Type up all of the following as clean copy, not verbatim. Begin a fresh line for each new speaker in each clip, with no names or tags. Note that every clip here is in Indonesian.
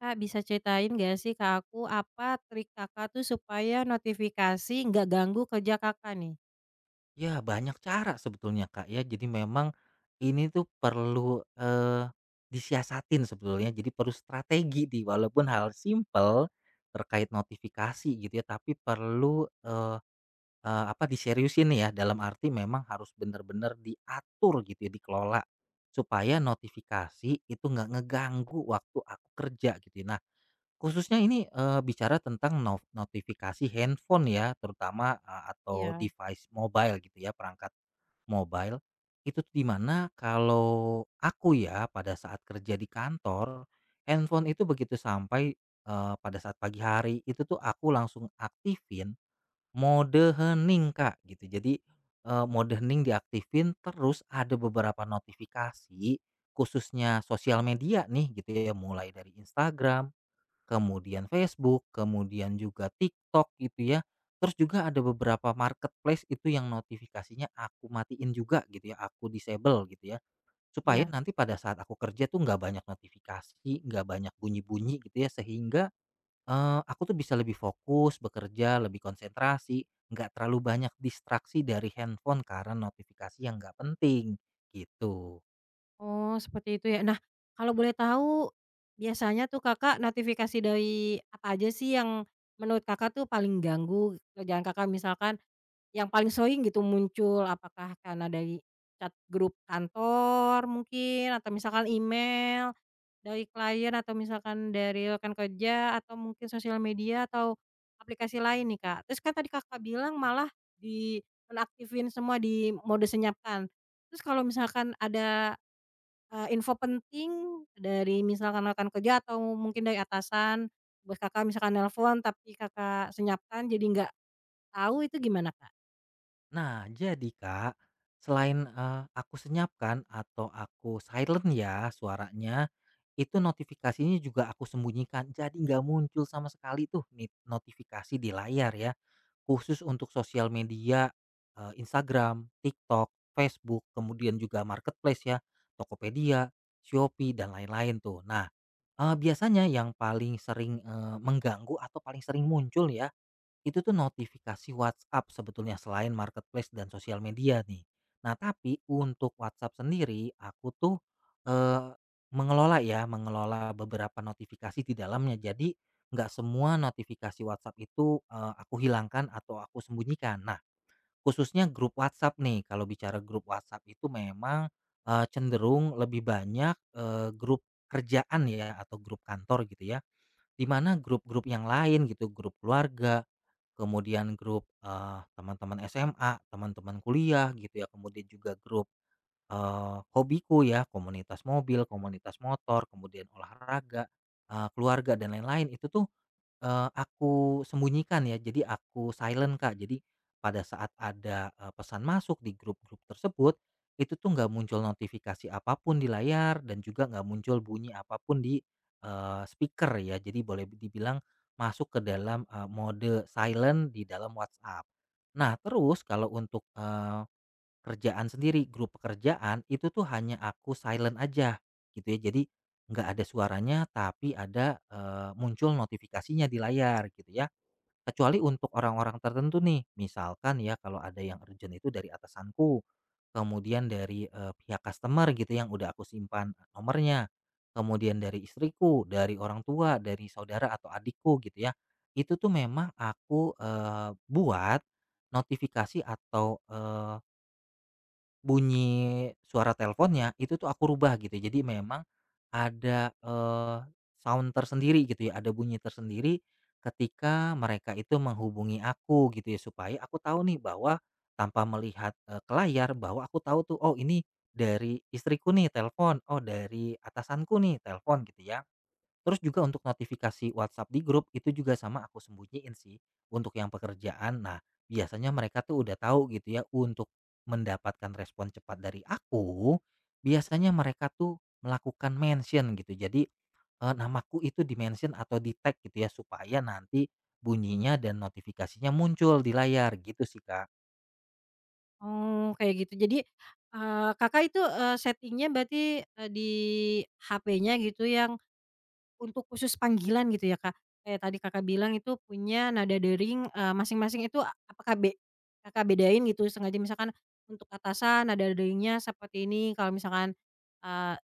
Kak, bisa ceritain nggak sih ke aku apa trik Kakak tuh supaya notifikasi nggak ganggu kerja Kakak nih?
Ya banyak cara sebetulnya, Kak, ya. Jadi memang ini tuh perlu, disiasatin sebetulnya, jadi perlu strategi di walaupun hal simple terkait notifikasi gitu ya, tapi perlu, eee eee, apa, diseriusin ya, dalam arti memang harus bener-bener diatur gitu ya, dikelola supaya notifikasi itu nggak ngeganggu waktu aku kerja gitu ya. Nah, khususnya ini, bicara tentang notifikasi handphone ya terutama, atau
Iya,
device mobile gitu ya, perangkat mobile, itu tuh di mana kalau aku ya pada saat kerja di kantor, handphone itu begitu sampai, pada saat pagi hari itu tuh aku langsung aktifin mode hening, Kak, gitu. Jadi, mode hening diaktifin terus ada beberapa notifikasi khususnya sosial media nih gitu ya, mulai dari Instagram, kemudian Facebook, kemudian juga TikTok gitu ya. Terus juga ada beberapa marketplace itu yang notifikasinya aku matiin juga gitu ya, aku disable gitu ya. Supaya
iya.
nanti pada saat aku kerja tuh nggak banyak notifikasi, nggak banyak bunyi-bunyi gitu ya sehingga aku tuh bisa lebih fokus bekerja, lebih konsentrasi, nggak terlalu banyak distraksi dari handphone karena notifikasi yang nggak penting gitu.
Oh, seperti itu ya. Nah, kalau boleh tahu biasanya tuh Kakak notifikasi dari apa aja sih yang menurut Kakak tuh paling ganggu kerjaan Kakak? Misalkan yang paling sering gitu muncul, apakah karena dari chat grup kantor mungkin, atau misalkan email dari klien, atau misalkan dari rekan kerja, atau mungkin sosial media, atau aplikasi lain nih, Kak? Terus kan tadi Kakak bilang malah di menaktifin semua, di mode senyapkan. Terus kalau misalkan ada, info penting dari misalkan rekan kerja, atau mungkin dari atasan, buat Kakak misalkan nelpon tapi Kakak senyapkan jadi nggak tahu, itu gimana, Kak?
Nah, jadi Kak, selain, aku senyapkan atau aku silent ya suaranya, itu notifikasinya juga aku sembunyikan. Jadi nggak muncul sama sekali tuh notifikasi di layar ya, khusus untuk sosial media, Instagram, TikTok, Facebook, kemudian juga marketplace ya, Tokopedia, Shopee, dan lain-lain tuh. Nah, biasanya yang paling sering, mengganggu atau paling sering muncul ya itu tuh notifikasi WhatsApp sebetulnya selain marketplace dan sosial media nih. Nah, tapi untuk WhatsApp sendiri aku tuh, eee, mengelola ya, mengelola beberapa notifikasi di dalamnya. Jadi nggak semua notifikasi WhatsApp itu, aku hilangkan atau aku sembunyikan. Nah, khususnya grup WhatsApp nih, kalau bicara grup WhatsApp itu memang, cenderung lebih banyak, grup kerjaan ya atau grup kantor gitu ya. Di mana grup-grup yang lain gitu, grup keluarga, kemudian grup, teman-teman SMA, teman-teman kuliah gitu ya, kemudian juga grup, hobiku ya, komunitas mobil, komunitas motor, kemudian olahraga, keluarga dan lain-lain itu tuh aku sembunyikan ya, jadi aku silent, Kak. Jadi pada saat ada, pesan masuk di grup-grup tersebut, itu tuh nggak muncul notifikasi apapun di layar dan juga nggak muncul bunyi apapun di, speaker ya. Jadi boleh dibilang masuk ke dalam, mode silent di dalam WhatsApp. Nah terus kalau untuk, eh, kerjaan sendiri, grup pekerjaan itu tuh hanya aku silent aja gitu ya. Jadi nggak ada suaranya tapi ada, muncul notifikasinya di layar gitu ya. Kecuali untuk orang-orang tertentu nih, misalkan ya kalau ada yang urgent itu dari atasanku, kemudian dari, pihak customer gitu yang udah aku simpan nomornya, kemudian dari istriku, dari orang tua, dari saudara atau adikku gitu ya. Itu tuh memang aku, buat notifikasi atau, bunyi suara teleponnya itu tuh aku rubah gitu. Jadi memang ada, sound tersendiri gitu ya, ada bunyi tersendiri ketika mereka itu menghubungi aku gitu ya, supaya aku tahu nih bahwa tanpa melihat, ke layar bahwa aku tahu tuh, oh ini dari istriku nih telepon, oh dari atasanku nih telepon gitu ya. Terus juga untuk notifikasi WhatsApp di grup itu juga sama aku sembunyiin sih untuk yang pekerjaan. Nah, biasanya mereka tuh udah tahu gitu ya untuk mendapatkan respon cepat dari aku, biasanya mereka tuh melakukan mention gitu. Jadi namaku itu di-mention atau di-tag gitu ya supaya nanti bunyinya dan notifikasinya muncul di layar gitu sih, Kak.
Oh, kayak gitu. Jadi, Kakak itu, setting berarti, di HP-nya gitu yang untuk khusus panggilan gitu ya, Kak? Kayak tadi Kakak bilang itu punya nada dering, masing-masing itu apakah Kakak bedain gitu sengaja misalkan untuk atasan nada deringnya seperti ini, kalau misalkan, eee,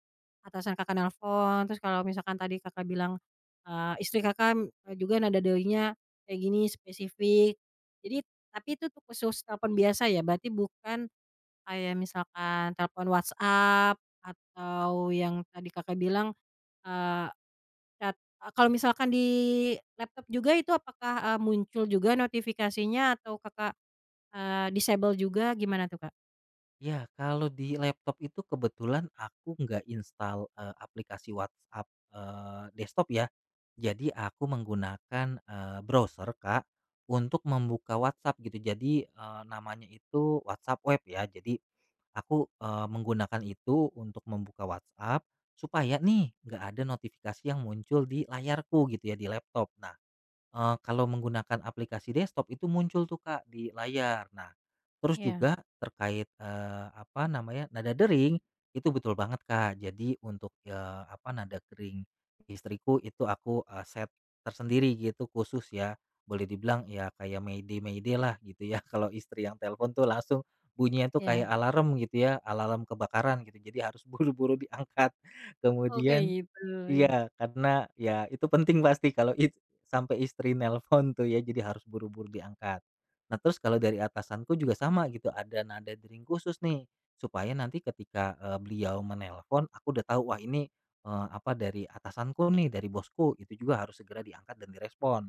atasan Kakak nelpon, terus kalau misalkan tadi Kakak bilang, istri Kakak, juga nada deringnya kayak gini spesifik. Jadi tapi itu tuh khusus telepon biasa ya? Berarti bukan kayak misalkan telepon WhatsApp atau yang tadi Kakak bilang, eee, chat kalau misalkan di laptop juga itu apakah, muncul juga notifikasinya atau Kakak, disable juga gimana tuh, Kak?
Ya, kalau di laptop itu kebetulan aku nggak install, aplikasi WhatsApp, desktop ya. Jadi aku menggunakan, browser, Kak, untuk membuka WhatsApp gitu. Jadi, namanya itu WhatsApp web ya. Jadi aku, menggunakan itu untuk membuka WhatsApp supaya nih nggak ada notifikasi yang muncul di layarku gitu ya, di laptop. Nah, kalau menggunakan aplikasi desktop itu muncul tuh, Kak, di layar. Nah, terus
Iya,
juga terkait, apa namanya, nada dering, itu betul banget, Kak. Jadi untuk, nada dering istriku itu aku, set tersendiri gitu khusus ya. Boleh dibilang ya kayak mayday mayday lah gitu ya. Kalau istri yang telepon tuh langsung bunyinya tuh kayak
iya.
alarm gitu ya, alarm kebakaran gitu. Jadi harus buru-buru diangkat.
Oh kayak
Kemudian
gitu, ih.
iya, karena ya itu penting pasti kalau it sampai istri nelpon tuh ya, jadi harus buru-buru diangkat. Nah, terus kalau dari atasanku juga sama gitu, ada nada dering khusus nih, supaya nanti ketika, beliau menelpon, aku udah tahu, wah ini, dari atasanku nih, dari bosku, itu juga harus segera diangkat dan direspon.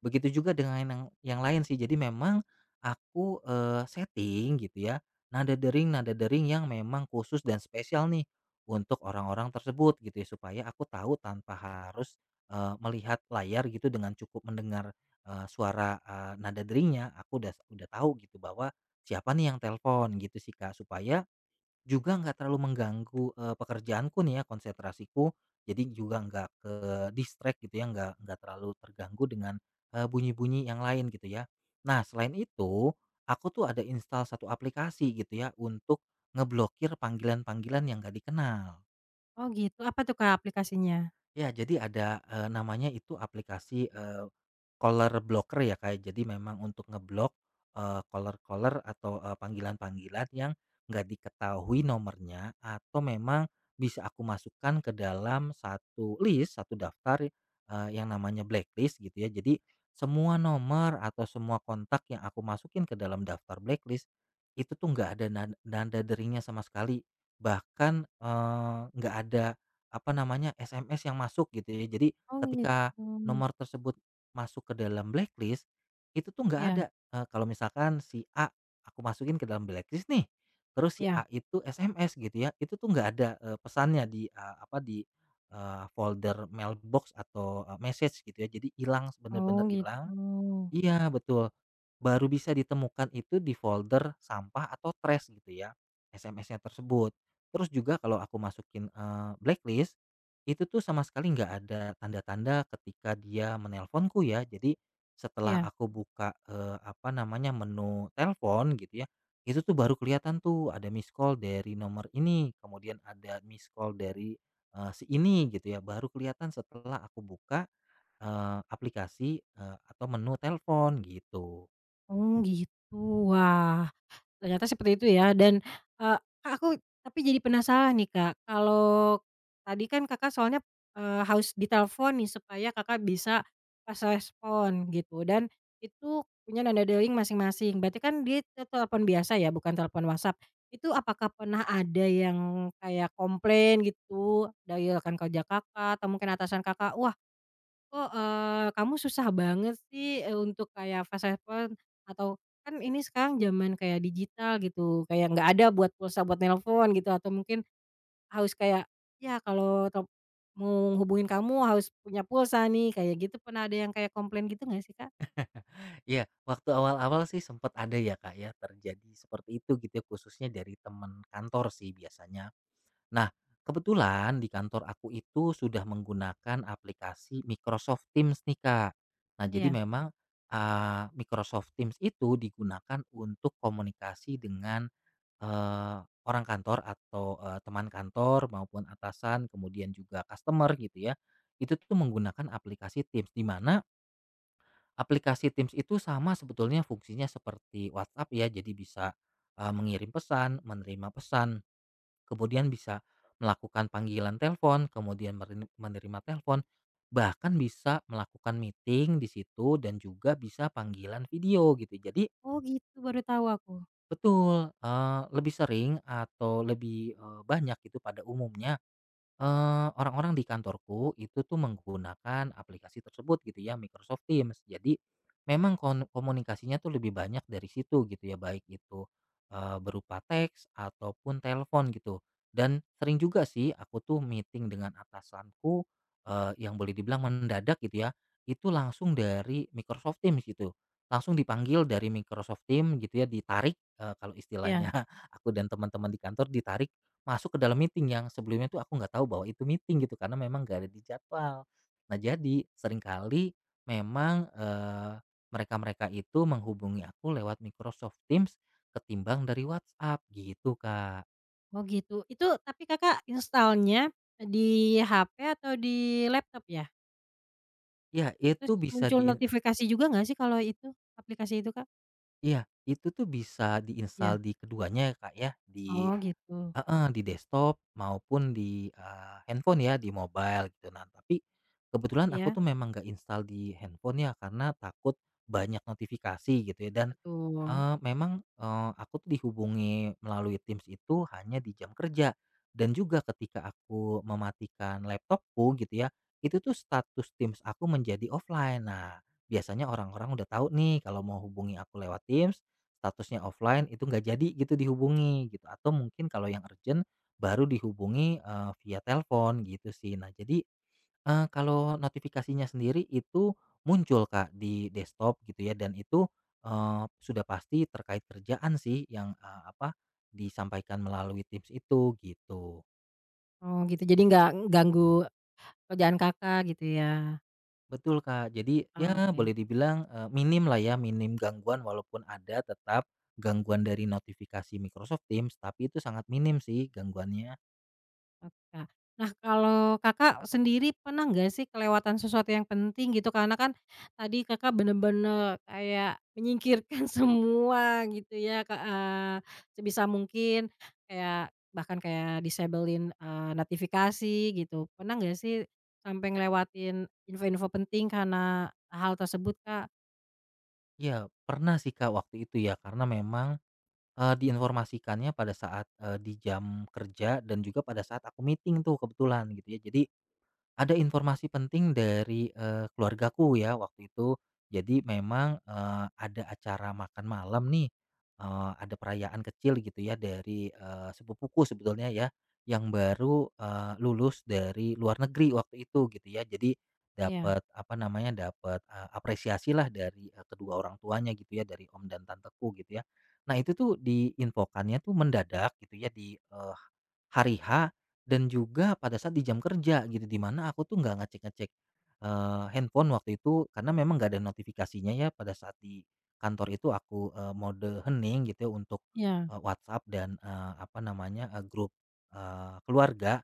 Begitu juga dengan yang lain sih, jadi memang aku, setting gitu ya, nada dering yang memang khusus dan spesial nih, untuk orang-orang tersebut gitu ya, supaya aku tahu tanpa harus, melihat layar gitu dengan cukup mendengar, suara nada deringnya aku udah tahu gitu bahwa siapa nih yang telepon gitu sih, Kak. Supaya juga nggak terlalu mengganggu, pekerjaanku nih ya, konsentrasiku. Jadi juga nggak ke-distract gitu ya, nggak terlalu terganggu dengan, bunyi-bunyi yang lain gitu ya. Nah selain itu, aku tuh ada install satu aplikasi gitu ya, untuk ngeblokir panggilan-panggilan yang nggak dikenal.
Oh gitu, apa tuh, Kak, aplikasinya?
Ya, jadi ada, namanya itu aplikasi, caller blocker ya, kayak jadi memang untuk ngeblok, caller-caller atau, panggilan-panggilan yang nggak diketahui nomornya atau memang bisa aku masukkan ke dalam satu list, satu daftar, yang namanya blacklist gitu ya. Jadi semua nomor atau semua kontak yang aku masukin ke dalam daftar blacklist itu tuh nggak ada nanda deringnya sama sekali. Bahkan, nggak ada apa namanya, SMS yang masuk gitu ya. Jadi
Oh
ketika
gitu.
nomor tersebut masuk ke dalam blacklist, itu tuh nggak ada,
Iya.
kalau misalkan si A aku masukin ke dalam blacklist nih, terus si A
Iya.
itu SMS gitu ya, itu tuh nggak ada, pesannya di, di folder mailbox atau, message gitu ya. Jadi hilang,
Oh
bener-bener hilang.
gitu.
Iya betul, baru bisa ditemukan itu di folder sampah atau trash gitu ya, SMS-nya tersebut. Terus juga kalau aku masukin, blacklist, itu tuh sama sekali nggak ada tanda-tanda ketika dia menelponku ya. Jadi setelah
Iya.
aku buka, apa namanya, menu telepon gitu ya, itu tuh baru kelihatan tuh ada missed call dari nomor ini, kemudian ada missed call dari, si ini gitu ya, baru kelihatan setelah aku buka aplikasi, atau menu telepon gitu.
Oh gitu, wah. Ternyata seperti itu ya dan, eee, Kak, aku tapi jadi penasaran nih, Kak, kalau tadi kan Kakak soalnya, harus ditelepon nih supaya Kakak bisa pas respon gitu dan itu punya nada dering masing-masing. Berarti kan dia telepon biasa ya bukan telepon WhatsApp. Itu apakah pernah ada yang kayak komplain gitu dari rekan kerja Kakak atau mungkin atasan Kakak, "Wah, kok, kamu susah banget sih, untuk kayak fast respon atau kan ini sekarang zaman kayak digital gitu, kayak nggak ada buat pulsa buat nelpon gitu atau mungkin harus kayak, ya kalau mau hubungin kamu harus punya pulsa nih, kayak gitu pernah ada yang kayak komplain gitu nggak sih, Kak?"
Ya waktu awal-awal sih sempet ada ya Kak ya terjadi seperti itu gitu ya khususnya dari teman kantor sih biasanya. Nah kebetulan di kantor aku itu sudah menggunakan aplikasi Microsoft Teams nih Kak. Nah jadi
Iya.
memang, Microsoft Teams itu digunakan untuk komunikasi dengan Eee, orang kantor atau, teman kantor maupun atasan kemudian juga customer gitu ya, itu tuh menggunakan aplikasi Teams. Di mana aplikasi Teams itu sama sebetulnya fungsinya seperti WhatsApp ya, jadi bisa, mengirim pesan, menerima pesan, kemudian bisa melakukan panggilan telepon, kemudian menerima telepon, bahkan bisa melakukan meeting di situ dan juga bisa panggilan video gitu. Jadi
Oh gitu, baru tahu aku.
betul, lebih sering atau lebih, banyak gitu pada umumnya, orang-orang di kantorku itu tuh menggunakan aplikasi tersebut gitu ya, Microsoft Teams. Jadi memang komunikasinya tuh lebih banyak dari situ gitu ya, baik itu, berupa teks ataupun telepon gitu. Dan sering juga sih aku tuh meeting dengan atasanku, yang boleh dibilang mendadak gitu ya, itu langsung dari Microsoft Teams gitu. Langsung dipanggil dari Microsoft Teams gitu ya, ditarik, kalau istilahnya
Iya.
aku dan teman-teman di kantor ditarik masuk ke dalam meeting yang sebelumnya tuh aku nggak tahu bahwa itu meeting gitu karena memang nggak ada di jadwal. Nah jadi seringkali memang, mereka-mereka itu menghubungi aku lewat Microsoft Teams ketimbang dari WhatsApp gitu, Kak.
Oh gitu, itu tapi Kakak install-nya di HP atau di laptop ya?
Ya itu
Terus
bisa
muncul
di
notifikasi juga nggak sih kalau itu, aplikasi itu, Kak?
iya itu tuh bisa diinstal
Iya.
di keduanya ya, Kak, ya di
Oh gitu.
heeh, di desktop maupun di, handphone ya, di mobile gitu. Nah, tapi kebetulan aku
Iya,
tuh memang nggak install di handphone ya, karena takut banyak notifikasi gitu ya, dan
betul.
memang, aku tuh dihubungi melalui Teams itu hanya di jam kerja dan juga ketika aku mematikan laptopku gitu ya, itu tuh status Teams aku menjadi offline. Nah, biasanya orang-orang udah tahu nih kalau mau hubungi aku lewat Teams, statusnya offline itu nggak jadi gitu dihubungi gitu atau mungkin kalau yang urgent baru dihubungi, via telepon gitu sih. Nah jadi kalau notifikasinya sendiri itu muncul, Kak, di desktop gitu ya dan itu, eee, sudah pasti terkait kerjaan sih yang, disampaikan melalui Teams itu gitu.
Oh gitu, jadi nggak ganggu kerjaan Kakak gitu ya?
Betul, Kak. Jadi ya boleh
Oke
dibilang, minim lah ya, minim gangguan walaupun ada tetap gangguan dari notifikasi Microsoft Teams, tapi itu sangat minim sih gangguannya.
oke, Kak. Nah kalau Kakak sendiri pernah nggak sih kelewatan sesuatu yang penting gitu? Karena kan tadi Kakak bener-bener kayak menyingkirkan semua gitu ya, ke sebisa mungkin kayak bahkan kayak disablein notifikasi gitu. Pernah nggak sih sampai ngelewatin info-info penting karena hal tersebut, Kak?
Ya pernah sih, Kak, waktu itu ya karena memang diinformasikannya pada saat, di jam kerja dan juga pada saat aku meeting tuh kebetulan gitu ya. Jadi, ada informasi penting dari, keluargaku ya waktu itu. Jadi memang, ada acara makan malam nih, ada perayaan kecil gitu ya dari, sepupuku sebetulnya ya, yang baru, lulus dari luar negeri waktu itu gitu ya. Jadi
Iya,
dapat apa namanya, dapat apresiasi lah dari, kedua orang tuanya gitu ya, dari om dan tanteku gitu ya. Nah itu tuh diinfokannya tuh mendadak gitu ya di, hari H dan juga pada saat di jam kerja gitu, di mana aku tuh nggak ngecek-ngecek, handphone waktu itu karena memang nggak ada notifikasinya ya pada saat di kantor itu aku, mode hening gitu ya untuk,
iya.
WhatsApp dan, eee, apa namanya, eee, grup, keluarga.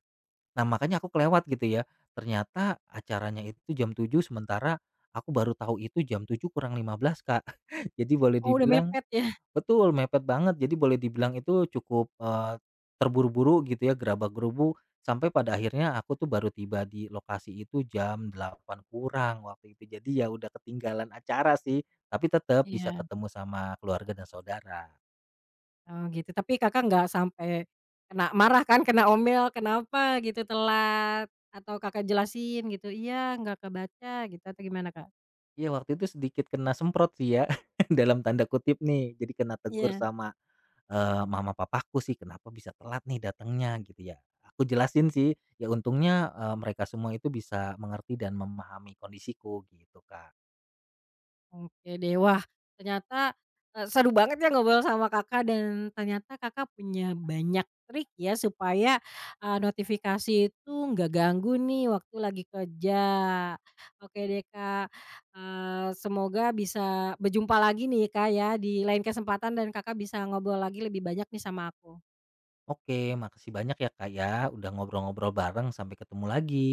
Nah, makanya aku kelewat gitu ya. Ternyata acaranya itu jam 7, sementara aku baru tahu itu jam 7 kurang 15 Kak. Jadi boleh
Oh udah
dibilang
mepet ya?
betul, mepet banget. Jadi boleh dibilang itu cukup, terburu-buru gitu ya, gerabak-gerubu, sampai pada akhirnya aku tuh baru tiba di lokasi itu jam 8 kurang waktu itu. Jadi ya udah ketinggalan acara sih, tapi tetap bisa
Iya,
ketemu sama keluarga dan saudara.
oh gitu, tapi Kakak nggak sampai kena marah kan, kena omel, kenapa gitu telat? Atau Kakak jelasin gitu, "Iya, nggak kebaca," gitu atau gimana, Kak?
Iya, waktu itu sedikit kena semprot sih ya, dalam tanda kutip nih. Jadi kena tegur
Iya.
sama mama papaku sih, "Kenapa bisa telat nih datangnya?" Gitu ya. Aku jelasin sih, ya untungnya, mereka semua itu bisa mengerti dan memahami kondisiku gitu, Kak.
Oke deh, wah ternyata, seru banget ya ngobrol sama Kakak dan ternyata Kakak punya banyak trik ya supaya, notifikasi itu nggak ganggu nih waktu lagi kerja. Oke deh Kak, semoga bisa berjumpa lagi nih Kak ya di lain kesempatan dan Kakak bisa ngobrol lagi lebih banyak nih sama aku.
Oke, makasih banyak ya, Kak, ya, udah ngobrol-ngobrol bareng, sampai ketemu lagi.